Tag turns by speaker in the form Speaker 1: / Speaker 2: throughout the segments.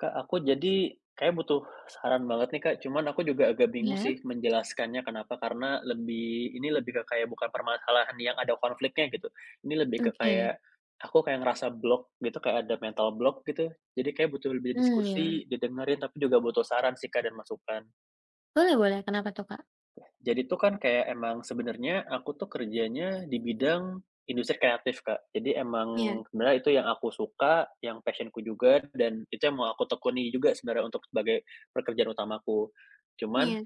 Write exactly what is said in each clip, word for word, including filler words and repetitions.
Speaker 1: Kak, aku jadi kayak butuh saran banget nih, Kak. Cuman aku juga agak bingung
Speaker 2: Iya,
Speaker 1: sih menjelaskannya kenapa, karena lebih ini lebih ke kayak bukan permasalahan yang ada konfliknya gitu. Ini lebih ke
Speaker 2: oke.
Speaker 1: kayak aku kayak ngerasa block gitu, kayak ada mental block gitu. Jadi kayak butuh lebih
Speaker 2: Mmm, ya.
Speaker 1: diskusi, didengerin, tapi juga butuh saran sih, Kak, dan masukan.
Speaker 2: Boleh boleh, kenapa tuh, Kak?
Speaker 1: Jadi tuh kan kayak emang sebenarnya aku tuh kerjanya di bidang industri kreatif, Kak. Jadi
Speaker 2: Iya
Speaker 1: emang sebenarnya itu yang aku suka, yang passionku juga, dan itu yang mau aku tekuni juga sebenarnya untuk sebagai pekerjaan utamaku. Cuman
Speaker 2: iya.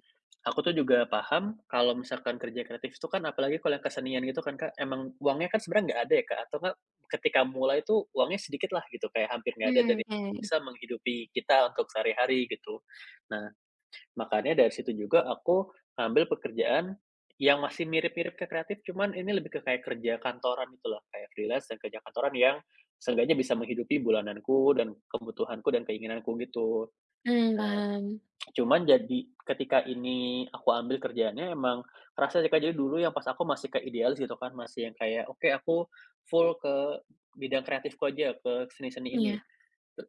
Speaker 1: aku tuh juga paham kalau misalkan kerja kreatif itu kan apalagi kalau yang kesenian gitu kan, Kak, emang uangnya kan sebenarnya nggak ada ya, Kak, atau nggak ketika mulai itu uangnya sedikit lah gitu, kayak hampir nggak ada
Speaker 2: Mmm,
Speaker 1: dan itu
Speaker 2: oke.
Speaker 1: bisa menghidupi kita untuk sehari-hari gitu. Nah, makanya dari situ juga aku ambil pekerjaan yang masih mirip-mirip ke kreatif, cuman ini lebih ke kayak kerja kantoran gitu loh, kayak freelance dan kerja kantoran yang seenggaknya bisa menghidupi bulananku dan kebutuhanku dan keinginanku gitu.
Speaker 2: Mmm, paham.
Speaker 1: Cuman jadi ketika ini aku ambil kerjaannya emang kerasa sih, Kak, jadi dulu yang pas aku masih ke idealis gitu kan, masih yang kayak, "Oke, aku full ke bidang kreatifku aja, ke seni-seni ini."
Speaker 2: Iya.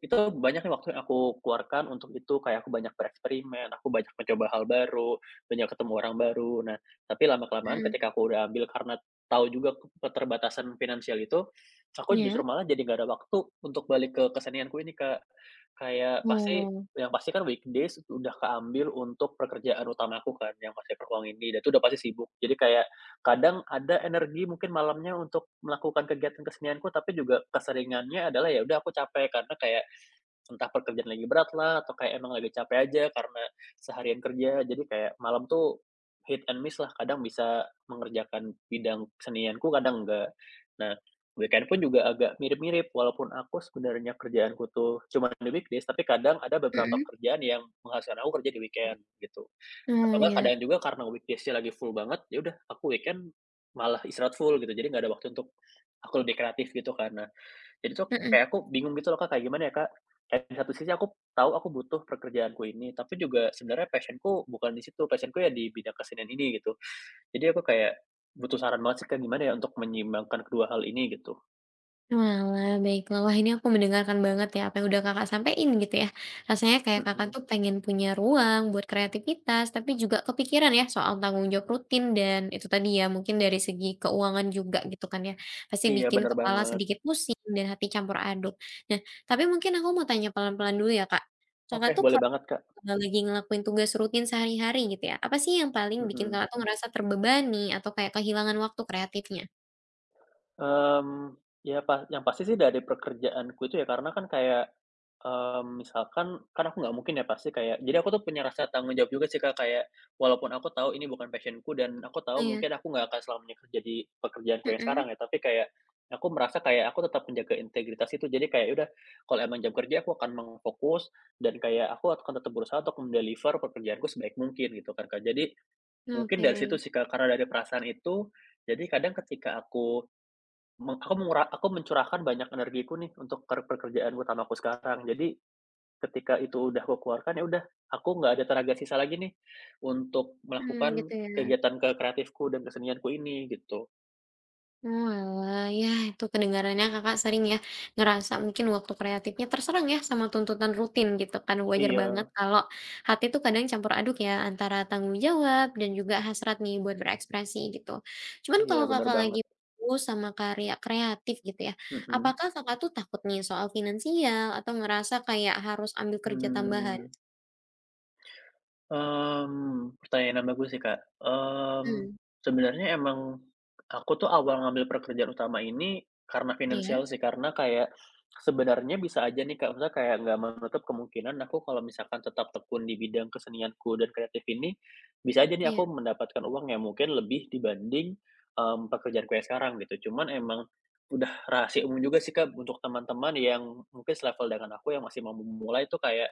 Speaker 1: Itu banyaknya waktu yang aku keluarkan untuk itu, kayak aku banyak bereksperimen, aku banyak mencoba hal baru, banyak ketemu orang baru. Nah, tapi lama-kelamaan
Speaker 2: Mhm.
Speaker 1: ketika aku udah ambil karena tahu juga ke keterbatasan finansial itu, aku justru
Speaker 2: Iya?
Speaker 1: malah jadi nggak ada waktu untuk balik ke kesenianku ini, Kak. Kayak pasti
Speaker 2: Oh.
Speaker 1: yang pasti kan weekdays udah keambil untuk pekerjaan utamaku kan, yang masih peruang ini, dan itu udah pasti sibuk. Jadi kayak kadang ada energi mungkin malamnya untuk melakukan kegiatan kesenianku, tapi juga keseringannya adalah ya udah aku capek karena kayak entah pekerjaan lagi berat lah, atau kayak emang lagi capek aja karena seharian kerja. Jadi kayak malam tuh hit and miss lah, kadang bisa mengerjakan bidang kesenianku, kadang enggak. Nah, weekend pun juga agak mirip-mirip, walaupun aku sebenarnya kerjaanku tuh cuma di weekdays, tapi kadang ada beberapa
Speaker 2: Mhm.
Speaker 1: kerjaan yang menghasilkan aku kerja di weekend, gitu. Atau
Speaker 2: Oh,
Speaker 1: enggak
Speaker 2: iya.
Speaker 1: kadang juga karena weekdays-nya lagi full banget, ya udah aku weekend malah istirahat full gitu, jadi nggak ada waktu untuk aku lebih kreatif gitu kan. Nah, jadi tuh
Speaker 2: Mhm.
Speaker 1: kayak aku bingung gitu loh, Kak, kayak gimana ya, Kak, kayak di satu sisi aku tahu aku butuh pekerjaanku ini, tapi juga sebenarnya passion-ku bukan di situ, passion-ku ya di bidang kesenian ini gitu. Jadi aku kayak butuh saran banget sih, Kak, gimana ya untuk menyeimbangkan kedua hal ini gitu.
Speaker 2: Walah, baiklah. Wah, ini aku mendengarkan banget ya apa yang udah Kakak sampein gitu ya. Rasanya kayak Kakak
Speaker 1: Mhm,
Speaker 2: tuh pengen punya ruang buat kreativitas, tapi juga kepikiran ya soal tanggung jawab rutin dan itu tadi ya mungkin dari segi keuangan juga gitu kan ya. Pasti
Speaker 1: iya
Speaker 2: bikin
Speaker 1: bener
Speaker 2: kepala
Speaker 1: banget.
Speaker 2: sedikit pusing dan hati campur aduk. Nah, tapi mungkin aku mau tanya pelan-pelan dulu ya, Kak. Kakak
Speaker 1: Oke
Speaker 2: tuh
Speaker 1: boleh banget, Kak,
Speaker 2: kalau lagi ngelakuin tugas rutin sehari-hari gitu ya, apa sih yang paling bikin
Speaker 1: mhm.
Speaker 2: Kakak tuh ngerasa terbebani atau kayak kehilangan waktu kreatifnya?
Speaker 1: Mmm, ya pa yang pasti sih dari pekerjaanku itu ya karena kan kayak, mmm, misalkan kan aku nggak mungkin ya pasti kayak jadi aku tuh punya rasa tanggung jawab juga sih, Kak, kayak walaupun aku tahu ini bukan passion-ku dan aku tahu
Speaker 2: Iya.
Speaker 1: mungkin aku nggak akan selamanya kerja di pekerjaanku yang sekarang
Speaker 2: Mhm.
Speaker 1: ya, tapi kayak aku merasa kayak aku tetap menjaga integritas itu. Jadi kayak ya udah kalau emang jam kerja aku akan meng dan kayak aku akan tetap berusaha untuk mendeliver pekerjaanku sebaik mungkin gitu kan, Kak. Jadi mungkin
Speaker 2: Oke.
Speaker 1: dari situ sih, Kak, karena dari perasaan itu, jadi kadang ketika aku Me aku mengura aku mencurahkan banyak energiku nih untuk per pekerjaan utamaku sekarang. Jadi ketika itu udah aku keluarkan, ya udah, aku nggak ada tenaga sisa lagi nih untuk
Speaker 2: Mmm,
Speaker 1: melakukan
Speaker 2: gitu ya.
Speaker 1: kegiatan ke kreatifku dan kesenianku ini gitu.
Speaker 2: Oalah, yah itu kedengarannya Kakak sering ya ngerasa mungkin waktu kreatifnya terserang ya sama tuntutan rutin gitu kan. Wajar banget
Speaker 1: Iya
Speaker 2: kalau hati tuh kadang campur aduk ya antara tanggung jawab dan juga hasrat nih buat berekspresi gitu. Cuman
Speaker 1: iya,
Speaker 2: kalau
Speaker 1: bener
Speaker 2: Kakak lagi
Speaker 1: banget.
Speaker 2: fokus sama karya kreatif gitu ya,
Speaker 1: Mhm,
Speaker 2: apakah Kakak tuh takut nih soal finansial atau ngerasa kayak harus ambil kerja tambahan?
Speaker 1: mmm. Mmm, pertanyaan yang bagus sih, Kak. Mmm,
Speaker 2: Mmm,
Speaker 1: sebenarnya emang aku tuh awal ngambil pekerjaan utama ini karena
Speaker 2: iya
Speaker 1: finansial sih, karena kayak sebenarnya bisa aja nih, Kak, maksudnya kayak nggak menutup kemungkinan aku kalau misalkan tetap tekun di bidang kesenianku dan kreatif ini, bisa aja nih
Speaker 2: iya.
Speaker 1: aku mendapatkan uang yang mungkin lebih dibanding, mmm, pekerjaanku yang sekarang gitu. Cuman emang udah rahasia umum juga sih, Kak, untuk teman-teman yang mungkin selevel dengan aku yang masih mau memulai tuh kayak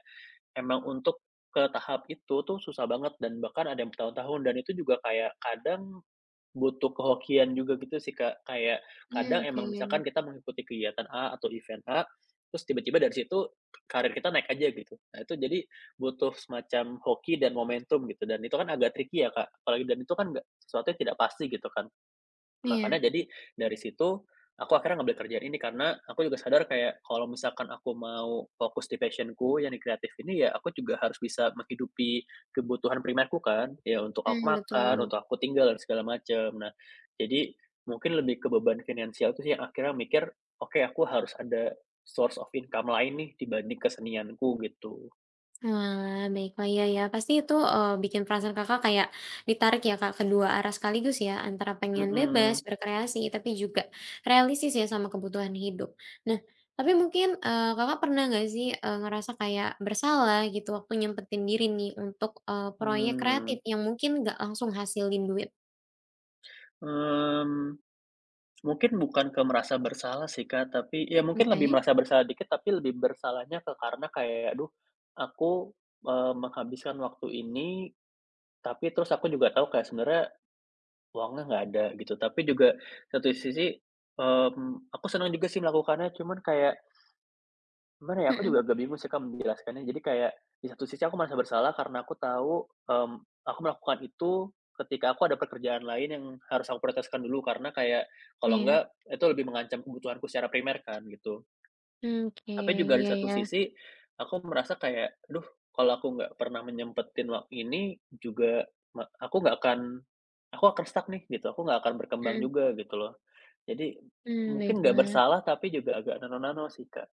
Speaker 1: emang untuk ke tahap itu tuh susah banget dan bahkan ada yang bertahun-tahun dan itu juga kayak kadang butuh kehokian juga gitu sih, Kak. Kayak
Speaker 2: Mmm,
Speaker 1: kadang
Speaker 2: oke.
Speaker 1: emang misalkan kita mengikuti kegiatan A atau event A, terus tiba-tiba dari situ karir kita naik aja gitu. Nah itu jadi butuh semacam hoki dan momentum gitu dan itu kan agak tricky ya, Kak, apalagi dan itu kan nggak sesuatu yang tidak pasti gitu kan.
Speaker 2: Iya,
Speaker 1: Makanya jadi dari situ, aku akhirnya ngambil kerjaan ini karena aku juga sadar kayak kalau misalkan aku mau fokus di passion yang di kreatif ini ya aku juga harus bisa menghidupi kebutuhan primerku kan, ya untuk aku
Speaker 2: mmm,
Speaker 1: makan,
Speaker 2: betul.
Speaker 1: untuk aku tinggal dan segala macam. Nah, jadi mungkin lebih ke beban finansial itu sih yang akhirnya mikir, "Oke, aku harus ada source of income lain nih dibanding kesenianku," gitu.
Speaker 2: Nah, baiklah, ya, ya. Pasti itu, eee, bikin perasaan Kakak kayak ditarik ya, Kak, kedua arah sekaligus ya, antara pengen bebas
Speaker 1: Mhm,
Speaker 2: berkreasi, tapi juga realistis ya sama kebutuhan hidup. Nah, tapi mungkin, eee, Kakak pernah nggak sih, eee, ngerasa kayak bersalah gitu waktu nyempetin diri nih untuk, eee, proyek kreatif
Speaker 1: mmm,
Speaker 2: yang mungkin nggak langsung hasilin duit?
Speaker 1: mmm. Mungkin bukan ke merasa bersalah sih, Kak, tapi ya mungkin lebih
Speaker 2: Oke,
Speaker 1: merasa bersalah dikit, tapi lebih bersalahnya ke karena kayak, "Aduh, aku, eee, menghabiskan waktu ini," tapi terus aku juga tahu kayak sebenarnya uangnya nggak ada gitu. Tapi juga satu sisi, mmm, aku senang juga sih melakukannya, cuman kayak gimana ya, aku
Speaker 2: mhm,
Speaker 1: juga agak bingung sih, Kak, menjelaskannya. Jadi kayak di satu sisi aku merasa bersalah karena aku tahu, mmm, aku melakukan itu ketika aku ada pekerjaan lain yang harus aku prioritaskan dulu karena kayak kalau
Speaker 2: iya,
Speaker 1: enggak itu lebih mengancam kebutuhanku secara primer kan gitu.
Speaker 2: mmm, oke,
Speaker 1: Tapi juga di
Speaker 2: iya
Speaker 1: satu
Speaker 2: ya,
Speaker 1: sisi aku merasa kayak, "Aduh, kalau aku nggak pernah menyempetin wak ini juga me aku nggak akan aku akan stuck nih," gitu, "aku nggak akan berkembang
Speaker 2: mhm,
Speaker 1: juga," gitu loh. Jadi
Speaker 2: mmm,
Speaker 1: mungkin nggak
Speaker 2: baiklah.
Speaker 1: bersalah tapi juga agak nano-nano sih, Kak.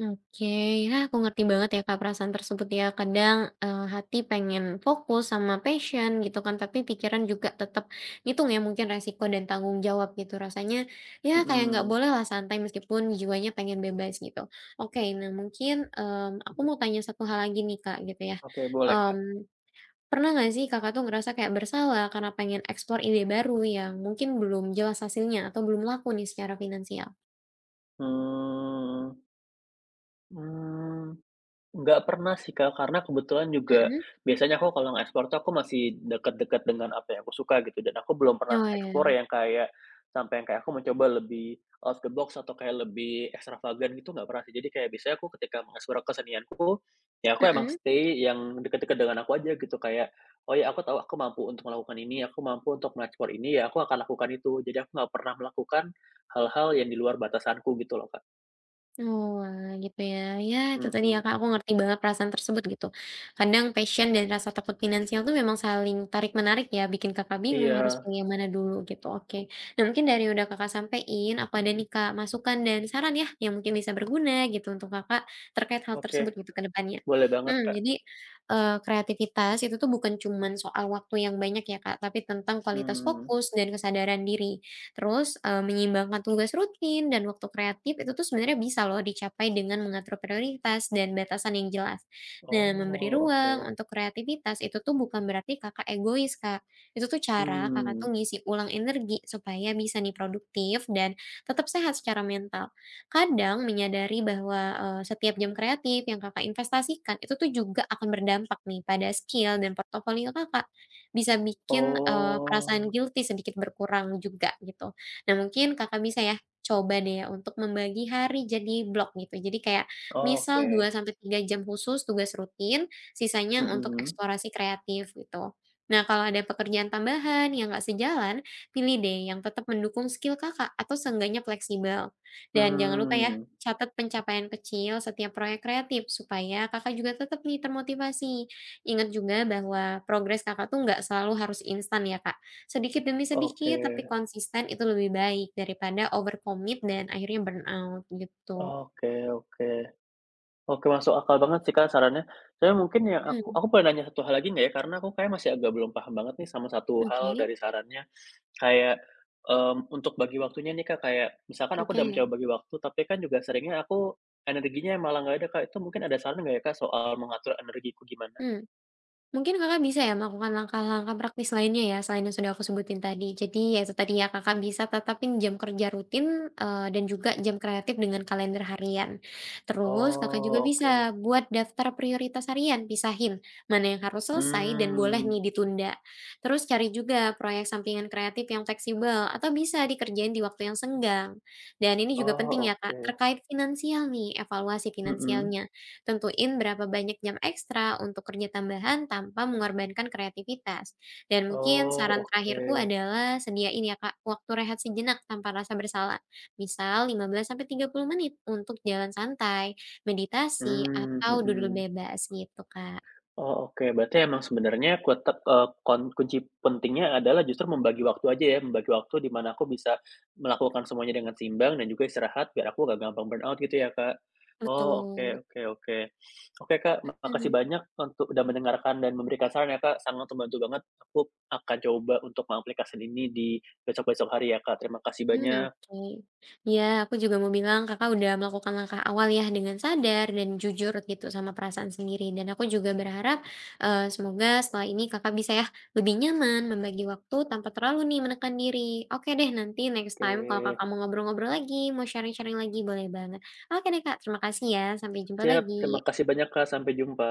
Speaker 2: Oke, ya aku ngerti banget ya, Kak, perasaan tersebut ya. Kadang eh, hati pengen fokus sama passion gitu kan, tapi pikiran juga tetap ngitung ya mungkin resiko dan tanggung jawab gitu. Rasanya ya kayak nggak
Speaker 1: Mhm.
Speaker 2: boleh lah santai meskipun jiwanya pengen bebas gitu. Oke, nah mungkin em, aku mau tanya satu hal lagi nih Kak gitu ya.
Speaker 1: Oke, boleh.
Speaker 2: Em, pernah nggak sih Kakak tuh ngerasa kayak bersalah karena pengen eksplor ide baru yang mungkin belum jelas hasilnya atau belum laku nih secara finansial?
Speaker 1: Eee, mmm, nggak pernah sih, Kak, karena kebetulan juga
Speaker 2: Mm-mm.
Speaker 1: biasanya aku kalau nge-explore tuh aku masih deket-deket dengan apa yang aku suka gitu dan aku belum pernah
Speaker 2: Oh
Speaker 1: explore
Speaker 2: ya.
Speaker 1: yang kayak sampai yang kayak aku mencoba lebih out of the box atau kayak lebih extravagant gitu nggak pernah sih. Jadi kayak biasanya aku ketika mengeksplor kesenianku, ya aku emang
Speaker 2: Mm-mm.
Speaker 1: stay yang deket-deket dengan aku aja gitu kayak, "Oh ya aku tahu aku mampu untuk melakukan ini, aku mampu untuk mengeksplor ini, ya aku akan lakukan itu." Jadi aku nggak pernah melakukan hal-hal yang di luar batasanku gitu loh, Kak.
Speaker 2: Oalah, gitu ya. Ya, itu tadi ya,
Speaker 1: Mhm.
Speaker 2: Kak, aku ngerti banget perasaan tersebut gitu. Kadang passion dan rasa takut finansial tuh memang saling tarik-menarik ya, bikin Kakak bingung harus
Speaker 1: Iya,
Speaker 2: pilih yang mana dulu gitu, oke. Nah, mungkin dari udah Kakak sampein, aku ada nih, Kak, masukan dan saran ya, yang mungkin bisa berguna gitu untuk Kakak terkait hal
Speaker 1: oke.
Speaker 2: tersebut gitu ke depannya.
Speaker 1: Boleh banget,
Speaker 2: Mmm,
Speaker 1: Kak.
Speaker 2: jadi, eee, kreativitas itu tuh bukan cuman soal waktu yang banyak ya, Kak, tapi tentang kualitas
Speaker 1: Mmm.
Speaker 2: fokus dan kesadaran diri. Terus, eee, menyeimbangkan tugas rutin dan waktu kreatif itu tuh sebenarnya bisa loh dicapai dengan mengatur prioritas dan batasan yang jelas. Nah, memberi
Speaker 1: Oh, oke.
Speaker 2: ruang untuk kreativitas itu tuh bukan berarti Kakak egois, Kak. Itu tuh cara Kakak
Speaker 1: Mmm.
Speaker 2: tuh ngisi ulang energi supaya bisa nih produktif dan tetap sehat secara mental. Kadang menyadari bahwa, eee, setiap jam kreatif yang Kakak investasikan itu tuh juga akan berdampak nih pada skill dan portofolio Kakak bisa bikin, eee, perasaan
Speaker 1: Oh,
Speaker 2: guilty sedikit berkurang juga gitu. Nah mungkin Kakak bisa ya, coba deh ya untuk membagi hari jadi blok gitu. Jadi kayak misal
Speaker 1: oke.
Speaker 2: dua sampai tiga jam khusus tugas rutin, sisanya untuk
Speaker 1: Mhm.
Speaker 2: eksplorasi kreatif gitu. Nah, kalau ada pekerjaan tambahan yang nggak sejalan, pilih deh yang tetap mendukung skill Kakak atau seenggaknya fleksibel. Dan jangan lupa ya,
Speaker 1: Mmm.
Speaker 2: catat pencapaian kecil setiap proyek kreatif supaya Kakak juga tetap nih termotivasi. Ingat juga bahwa progres Kakak tuh nggak selalu harus instan ya, Kak. Sedikit demi
Speaker 1: Oke.
Speaker 2: sedikit tapi konsisten itu lebih baik daripada overcommit dan akhirnya burnout gitu.
Speaker 1: Oke oke. Oke, masuk akal banget sih, Kak, sarannya. Saya mungkin yang aku
Speaker 2: Hmm.
Speaker 1: aku boleh nanya satu hal lagi nggak ya? Karena aku kayak masih agak belum paham banget nih sama satu
Speaker 2: oke
Speaker 1: hal dari sarannya. Kayak, mmm, untuk bagi waktunya nih, Kak, kayak misalkan aku udah
Speaker 2: oke,
Speaker 1: mencoba bagi waktu, tapi kan juga seringnya aku energinya malah nggak ada, Kak. Itu mungkin ada saran nggak ya, Kak, soal mengatur energiku gimana?
Speaker 2: Hmm. Mungkin Kakak bisa ya melakukan langkah-langkah praktis lainnya ya, selain yang sudah aku sebutin tadi. Jadi ya itu tadi ya, Kakak bisa tetapin jam kerja rutin, eee, dan juga jam kreatif dengan kalender harian. Terus Kakak juga
Speaker 1: Oh, oke.
Speaker 2: bisa buat daftar prioritas harian, pisahin mana yang harus selesai dan boleh
Speaker 1: Hmm.
Speaker 2: nih ditunda. Terus cari juga proyek sampingan kreatif yang fleksibel atau bisa dikerjain di waktu yang senggang. Dan ini juga
Speaker 1: Oh,
Speaker 2: penting ya,
Speaker 1: oke.
Speaker 2: Kak, terkait finansial nih, evaluasi
Speaker 1: Mhm.
Speaker 2: finansialnya. Tentuin berapa banyak jam ekstra untuk kerja tambahan tanpa mengorbankan kreativitas. Dan mungkin
Speaker 1: Oh,
Speaker 2: saran
Speaker 1: oke.
Speaker 2: terakhirku adalah sediain ya Kak waktu rehat sejenak tanpa rasa bersalah. Misal lima belas sampai tiga puluh menit untuk jalan santai, meditasi,
Speaker 1: Mmm,
Speaker 2: atau duduk
Speaker 1: mhm.
Speaker 2: bebas gitu, Kak.
Speaker 1: Oh, oke. Berarti emang sebenarnya kutek eee, kon kunci pentingnya adalah justru membagi waktu aja ya, membagi waktu di mana aku bisa melakukan semuanya dengan seimbang dan juga istirahat biar aku nggak gampang burnout gitu ya, Kak? Oh, oke
Speaker 2: Betul.
Speaker 1: oke oke. Oke, Kak, makasih
Speaker 2: Mm.
Speaker 1: banyak untuk udah mendengarkan dan memberikan saran ya, Kak, sangat membantu banget. Aku akan coba untuk mengaplikasikan ini di besok-besok hari ya, Kak. Terima kasih
Speaker 2: Hmm,
Speaker 1: banyak.
Speaker 2: oke. ya aku juga mau bilang Kakak udah melakukan langkah awal ya dengan sadar dan jujur gitu sama perasaan sendiri, dan aku juga berharap, eee, semoga setelah ini Kakak bisa ya lebih nyaman membagi waktu tanpa terlalu nih menekan diri. Oke deh, nanti next time kalau Kakak
Speaker 1: Oke.
Speaker 2: mau ngobrol-ngobrol lagi, mau sharing-sharing lagi, boleh banget. Oke deh Kak, terima kasih ya, sampai jumpa
Speaker 1: Siap, terima
Speaker 2: lagi.
Speaker 1: kasih banyak, Kak. Sampai jumpa.